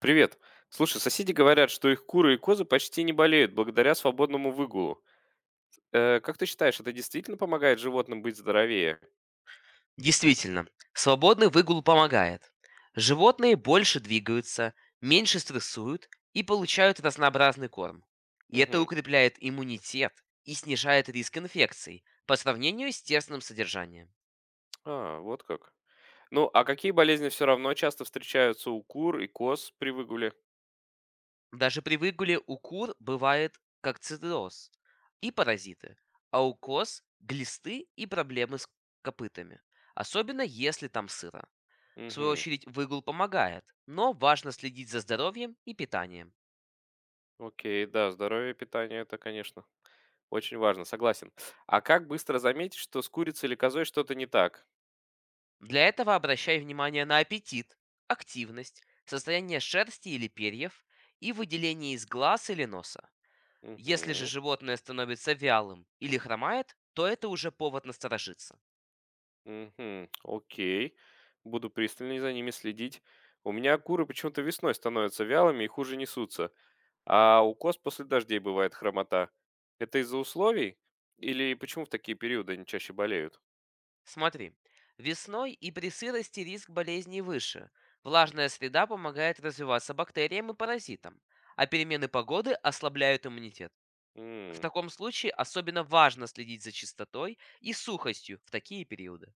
Привет. Слушай, соседи говорят, что их куры и козы почти не болеют благодаря свободному выгулу. Как ты считаешь, это действительно помогает животным быть здоровее? Действительно, свободный выгул помогает. Животные больше двигаются, меньше стрессуют и получают разнообразный корм. И это Угу. укрепляет иммунитет и снижает риск инфекций по сравнению с тесным содержанием. А, вот как. Ну, а какие болезни все равно часто встречаются у кур и коз при выгуле? Даже при выгуле у кур бывает кокцидроз и паразиты, а у коз– глисты и проблемы с копытами, особенно если там сыро. В свою Угу. очередь выгул помогает, но важно следить за здоровьем и питанием. Окей, да, здоровье и питание это, конечно, очень важно, согласен. А как быстро заметить, что с курицей или козой что-то не так? Для этого обращай внимание на аппетит, активность, состояние шерсти или перьев и выделение из глаз или носа. Если же Угу. животное становится вялым или хромает, то это уже повод насторожиться. Мгм. Окей. Буду пристальнее за ними следить. У меня куры почему-то весной становятся вялыми и хуже несутся, а у коз после дождей бывает хромота. Это из-за условий? Или почему в такие периоды они чаще болеют? Смотри, весной и при сырости риск болезней выше. Влажная среда помогает развиваться бактериям и паразитам, а перемены погоды ослабляют иммунитет. В М. таком случае особенно важно следить за чистотой и сухостью в такие периоды.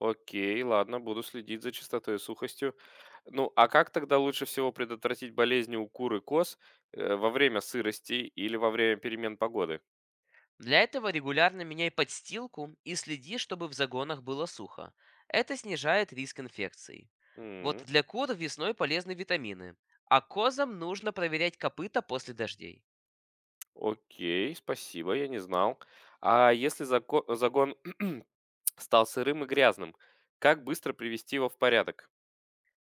Окей, ладно, буду следить за чистотой и сухостью. Ну, а как тогда лучше всего предотвратить болезни у кур и коз во время сырости или во время перемен погоды? Для этого регулярно меняй подстилку и следи, чтобы в загонах было сухо. Это снижает риск инфекций. Вот для кур весной полезны витамины, а козам нужно проверять копыта после дождей. Окей, спасибо, я не знал. А если загон стал сырым и грязным, как быстро привести его в порядок?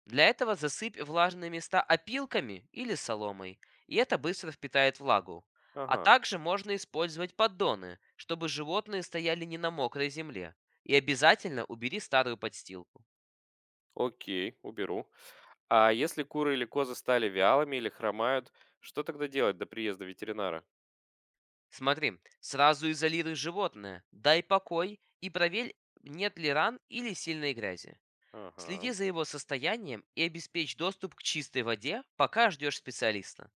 Для этого засыпь влажные места опилками или соломой, и это быстро впитает влагу. А Ага, также можно использовать поддоны, чтобы животные стояли не на мокрой земле. И обязательно убери старую подстилку. окей, уберу. А если куры или козы стали вялыми или хромают, что тогда делать до приезда ветеринара? Смотри, сразу изолируй животное, дай покой и проверь, нет ли ран или сильной грязи. Следи Ага, за его состоянием и обеспечь доступ к чистой воде, пока ждешь специалиста.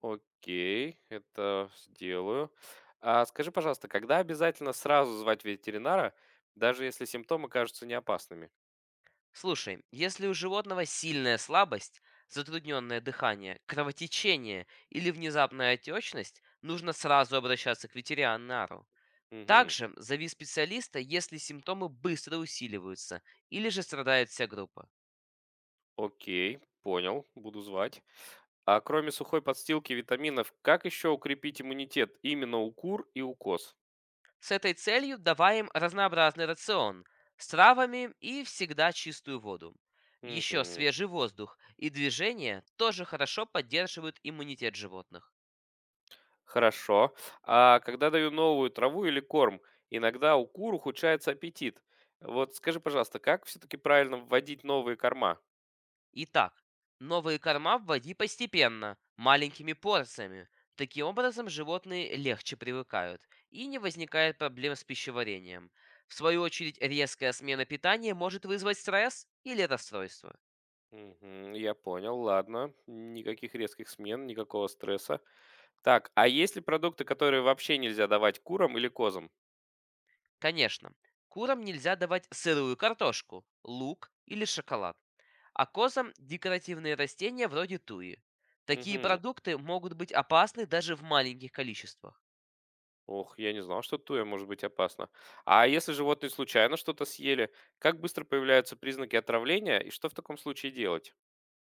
окей, это сделаю. А скажи, пожалуйста, когда обязательно сразу звать ветеринара, даже если симптомы кажутся неопасными? Слушай, если у животного сильная слабость, затрудненное дыхание, кровотечение или внезапная отечность, нужно сразу обращаться к ветеринару. Угу. Также зови специалиста, если симптомы быстро усиливаются или же страдает вся группа. Окей, понял, буду звать. А кроме сухой подстилки и витаминов, как еще укрепить иммунитет именно у кур и у коз? С этой целью давай им разнообразный рацион с травами и всегда чистую воду. Еще Мгм. свежий воздух и движение тоже хорошо поддерживают иммунитет животных. Хорошо. А когда даю новую траву или корм, иногда у кур ухудшается аппетит. Вот скажи, пожалуйста, как все-таки правильно вводить новые корма? Итак, новые корма вводи постепенно, маленькими порциями. Таким образом, животные легче привыкают и не возникает проблем с пищеварением. В свою очередь, резкая смена питания может вызвать стресс или расстройство. Мгм, я понял, ладно. Никаких резких смен, никакого стресса. Так, а есть ли продукты, которые вообще нельзя давать курам или козам? Конечно, курам нельзя давать сырую картошку, лук или шоколад, а козам декоративные растения вроде туи. Такие Мгм. продукты могут быть опасны даже в маленьких количествах. Ох, я не знал, что туя может быть опасно. А если животные случайно что-то съели, как быстро появляются признаки отравления и что в таком случае делать?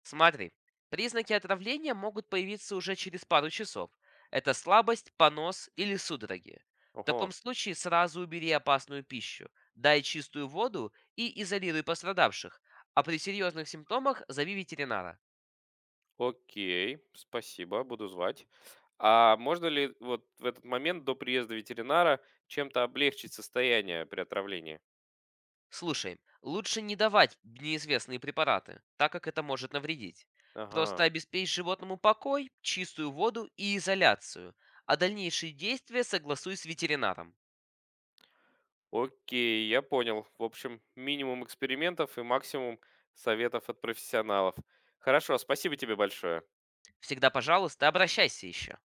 Смотри, признаки отравления могут появиться уже через пару часов. Это слабость, понос или судороги. В Ого, таком случае сразу убери опасную пищу, дай чистую воду и изолируй пострадавших, а при серьезных симптомах зови ветеринара. окей, спасибо, буду звать. А можно ли вот в этот момент до приезда ветеринара чем-то облегчить состояние при отравлении? Слушай, лучше не давать неизвестные препараты, так как это может навредить. Просто Ага, обеспечь животному покой, чистую воду и изоляцию, а дальнейшие действия согласуй с ветеринаром. окей, я понял. В общем, минимум экспериментов и максимум советов от профессионалов. Хорошо, спасибо тебе большое. Всегда, пожалуйста, обращайся еще.